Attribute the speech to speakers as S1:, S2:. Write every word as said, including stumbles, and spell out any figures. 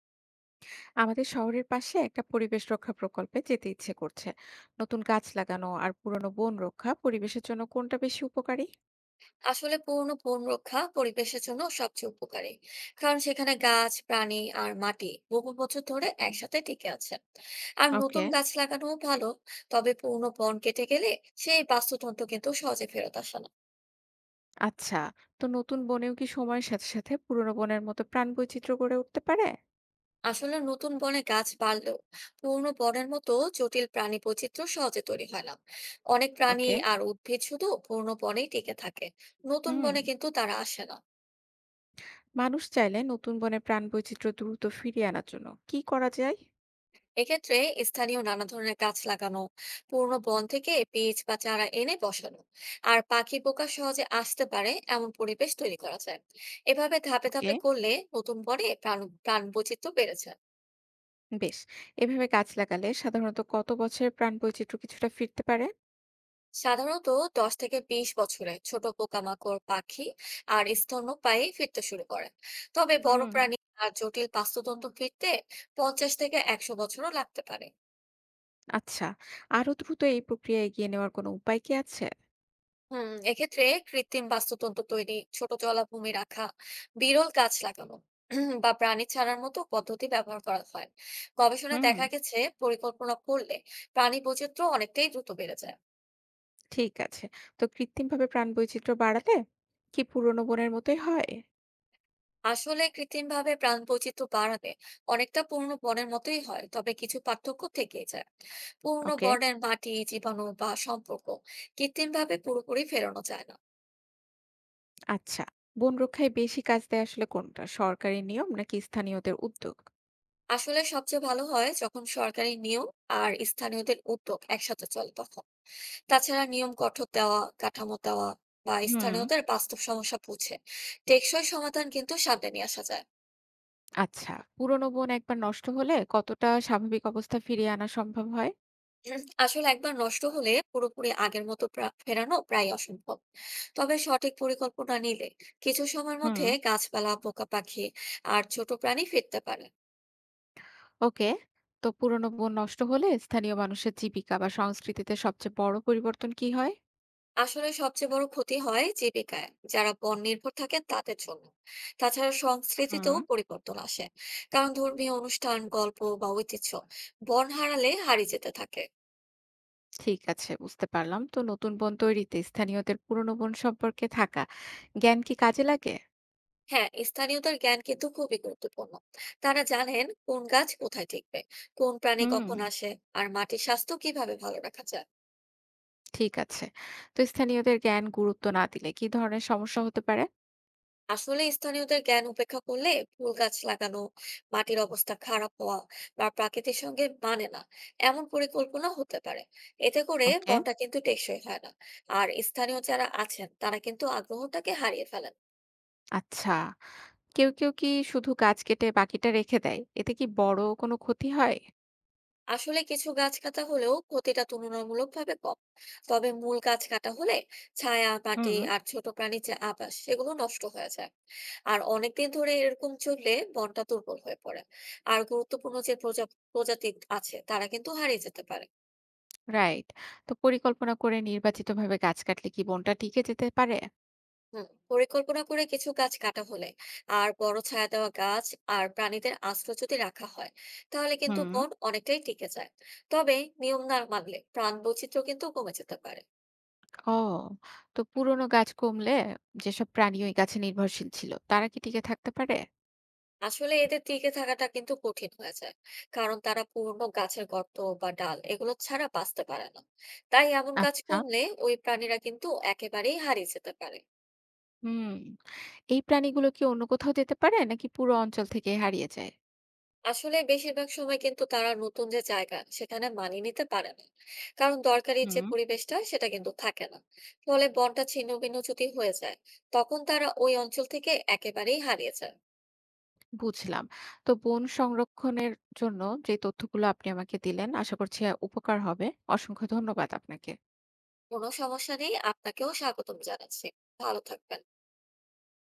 S1: আমাদের শহরের পাশে একটা পরিবেশ রক্ষা প্রকল্পে যেতে ইচ্ছে করছে। নতুন গাছ লাগানো আর পুরনো বন রক্ষা পরিবেশের জন্য কোনটা বেশি উপকারী?
S2: আসলে পুরনো বন রক্ষা পরিবেশের জন্য সবচেয়ে উপকারী। কারণ সেখানে গাছ, প্রাণী আর মাটি বহু বছর ধরে একসাথে টিকে আছে। আর
S1: ওকে।
S2: নতুন গাছ লাগানোও ভালো। তবে পুরনো বন কেটে গেলে সেই বাস্তুতন্ত্র কিন্তু সহজে ফেরত আসে না।
S1: আচ্ছা, তো নতুন বনেও কি সময়ের সাথে সাথে পুরনো বনের মতো প্রাণ বৈচিত্র্য গড়ে উঠতে পারে?
S2: আসলে নতুন বনে গাছ বাড়লেও পুরনো বনের মতো জটিল প্রাণী বৈচিত্র্য সহজে তৈরি হয় না। অনেক প্রাণী
S1: ওকে।
S2: আর উদ্ভিদ শুধু পুরনো বনেই টিকে থাকে। নতুন
S1: হুম,
S2: বনে কিন্তু তারা আসে না।
S1: মানুষ চাইলে নতুন বনে প্রাণ বৈচিত্র্য দ্রুত ফিরিয়ে আনার জন্য কি করা যায়?
S2: এক্ষেত্রে স্থানীয় নানা ধরনের গাছ লাগানো, পুরনো বন থেকে বীজ বা চারা এনে বসানো, আর পাখি পোকা সহজে আসতে পারে এমন পরিবেশ তৈরি করা যায়। এভাবে ধাপে
S1: ওকে।
S2: ধাপে করলে নতুন বনে প্রাণ প্রাণ বৈচিত্র্য বেড়েছে।
S1: বেশ, এভাবে গাছ লাগালে সাধারণত কত বছরের প্রাণ বৈচিত্র্য কিছুটা ফিরতে পারে?
S2: সাধারণত দশ থেকে বিশ বছরে ছোট পোকামাকড়, পাখি আর স্তন্যপায়ী ফিরতে শুরু করে। তবে বড়
S1: হুম।
S2: প্রাণী আর জটিল বাস্তুতন্ত্র ফিরতে পঞ্চাশ থেকে একশো বছরও লাগতে পারে।
S1: আচ্ছা, আরো দ্রুত এই প্রক্রিয়া এগিয়ে নেওয়ার কোনো উপায় কি আছে?
S2: হুম, এক্ষেত্রে কৃত্রিম বাস্তুতন্ত্র তৈরি, ছোট জলাভূমি রাখা, বিরল গাছ লাগানো, উম, বা প্রাণী ছাড়ার মতো পদ্ধতি ব্যবহার করা হয়। গবেষণায়
S1: হুম।
S2: দেখা গেছে পরিকল্পনা করলে প্রাণী বৈচিত্র্য অনেকটাই দ্রুত বেড়ে যায়।
S1: ঠিক আছে। তো কৃত্রিমভাবে প্রাণবৈচিত্র্য বাড়ালে কি পুরনো বনের মতোই হয়?
S2: আসলে কৃত্রিম ভাবে প্রাণ বৈচিত্র্য বাড়াতে অনেকটা পূর্ণ বনের মতোই হয়, তবে কিছু পার্থক্য থেকেই যায়। পূর্ণ
S1: ওকে।
S2: বনের মাটি, জীবাণু বা সম্পর্ক কৃত্রিম ভাবে পুরোপুরি ফেরানো যায় না।
S1: আচ্ছা। বন রক্ষায় বেশি কাজ দেয় আসলে কোনটা? সরকারি নিয়ম নাকি স্থানীয়দের উদ্যোগ?
S2: আসলে সবচেয়ে ভালো হয় যখন সরকারি নিয়ম আর স্থানীয়দের উদ্যোগ একসাথে চলে তখন। তাছাড়া নিয়ম কঠোর দেওয়া, কাঠামো দেওয়া বা
S1: হুম।
S2: স্থানীয়দের বাস্তব সমস্যা বুঝে টেকসই সমাধান কিন্তু সামনে নিয়ে আসা যায়।
S1: আচ্ছা, পুরনো বন একবার নষ্ট হলে কতটা স্বাভাবিক অবস্থা ফিরিয়ে আনা সম্ভব হয়?
S2: হুম, আসলে একবার নষ্ট হলে পুরোপুরি আগের মতো প্রা- ফেরানো প্রায় অসম্ভব। তবে সঠিক পরিকল্পনা নিলে কিছু সময়ের
S1: হুম।
S2: মধ্যে গাছপালা, পোকা, পাখি আর ছোট প্রাণী ফিরতে পারে।
S1: ওকে, তো পুরনো বন নষ্ট হলে স্থানীয় মানুষের জীবিকা বা সংস্কৃতিতে সবচেয়ে বড় পরিবর্তন কি হয়?
S2: আসলে সবচেয়ে বড় ক্ষতি হয় জীবিকায়, যারা বন নির্ভর থাকেন তাদের জন্য। তাছাড়া সংস্কৃতিতেও
S1: হুম।
S2: পরিবর্তন আসে, কারণ ধর্মীয় অনুষ্ঠান, গল্প বা ঐতিহ্য বন হারালে হারিয়ে যেতে থাকে।
S1: ঠিক আছে, বুঝতে পারলাম। তো নতুন বন তৈরিতে স্থানীয়দের পুরনো বন সম্পর্কে থাকা জ্ঞান কি কাজে লাগে?
S2: হ্যাঁ, স্থানীয়দের জ্ঞান কিন্তু খুবই গুরুত্বপূর্ণ। তারা জানেন কোন গাছ কোথায় টিকবে, কোন প্রাণী
S1: হুম।
S2: কখন আসে, আর মাটির স্বাস্থ্য কিভাবে ভালো রাখা যায়।
S1: ঠিক আছে, তো স্থানীয়দের জ্ঞান গুরুত্ব না দিলে কি ধরনের সমস্যা হতে পারে?
S2: আসলে স্থানীয়দের জ্ঞান উপেক্ষা করলে ফুল গাছ লাগানো, মাটির অবস্থা খারাপ হওয়া, বা প্রকৃতির সঙ্গে মানে না এমন পরিকল্পনা হতে পারে। এতে করে
S1: ওকে।
S2: বনটা কিন্তু টেকসই হয় না। আর স্থানীয় যারা আছেন তারা কিন্তু আগ্রহটাকে হারিয়ে ফেলেন।
S1: আচ্ছা, কেউ কেউ কি শুধু গাছ কেটে বাকিটা রেখে দেয়, এতে কি বড় কোনো ক্ষতি হয়?
S2: আসলে কিছু গাছ কাটা হলেও ক্ষতিটা তুলনামূলকভাবে কম। তবে মূল গাছ কাটা হলে ছায়া,
S1: হুম।
S2: মাটি আর ছোট প্রাণীর যে আবাস সেগুলো নষ্ট হয়ে যায়। আর অনেকদিন ধরে এরকম চললে বনটা দুর্বল হয়ে পড়ে। আর গুরুত্বপূর্ণ যে প্রজা প্রজাতি আছে তারা কিন্তু হারিয়ে যেতে পারে।
S1: রাইট, তো পরিকল্পনা করে নির্বাচিতভাবে গাছ কাটলে কি বনটা টিকে যেতে পারে?
S2: হুম, পরিকল্পনা করে কিছু গাছ কাটা হলে আর বড় ছায়া দেওয়া গাছ আর প্রাণীদের আশ্রয় যদি রাখা হয় তাহলে কিন্তু
S1: হুম।
S2: বন অনেকটাই টিকে যায়। তবে নিয়ম না মানলে প্রাণ বৈচিত্র্য কিন্তু কমে যেতে পারে।
S1: ও, তো পুরনো গাছ কমলে যেসব প্রাণী ওই গাছে নির্ভরশীল ছিল তারা কি টিকে থাকতে পারে?
S2: আসলে এদের টিকে থাকাটা কিন্তু কঠিন হয়ে যায়। কারণ তারা পুরনো গাছের গর্ত বা ডাল এগুলো ছাড়া বাঁচতে পারে না। তাই এমন গাছ
S1: আচ্ছা।
S2: কমলে ওই প্রাণীরা কিন্তু একেবারেই হারিয়ে যেতে পারে।
S1: হুম, এই প্রাণীগুলো কি অন্য কোথাও যেতে পারে নাকি পুরো অঞ্চল থেকে হারিয়ে যায়?
S2: আসলে বেশিরভাগ সময় কিন্তু তারা নতুন যে জায়গা সেখানে মানিয়ে নিতে পারে না। কারণ দরকারি যে
S1: হুম।
S2: পরিবেশটা সেটা কিন্তু থাকে না। ফলে বনটা ছিন্ন ভিন্ন যদি হয়ে যায় তখন তারা ওই অঞ্চল থেকে একেবারেই হারিয়ে যায়।
S1: বুঝলাম। তো বন সংরক্ষণের জন্য যে তথ্যগুলো আপনি আমাকে দিলেন আশা করছি আ উপকার হবে। অসংখ্য ধন্যবাদ আপনাকে।
S2: কোনো সমস্যা নেই, আপনাকেও স্বাগতম জানাচ্ছি। ভালো থাকবেন।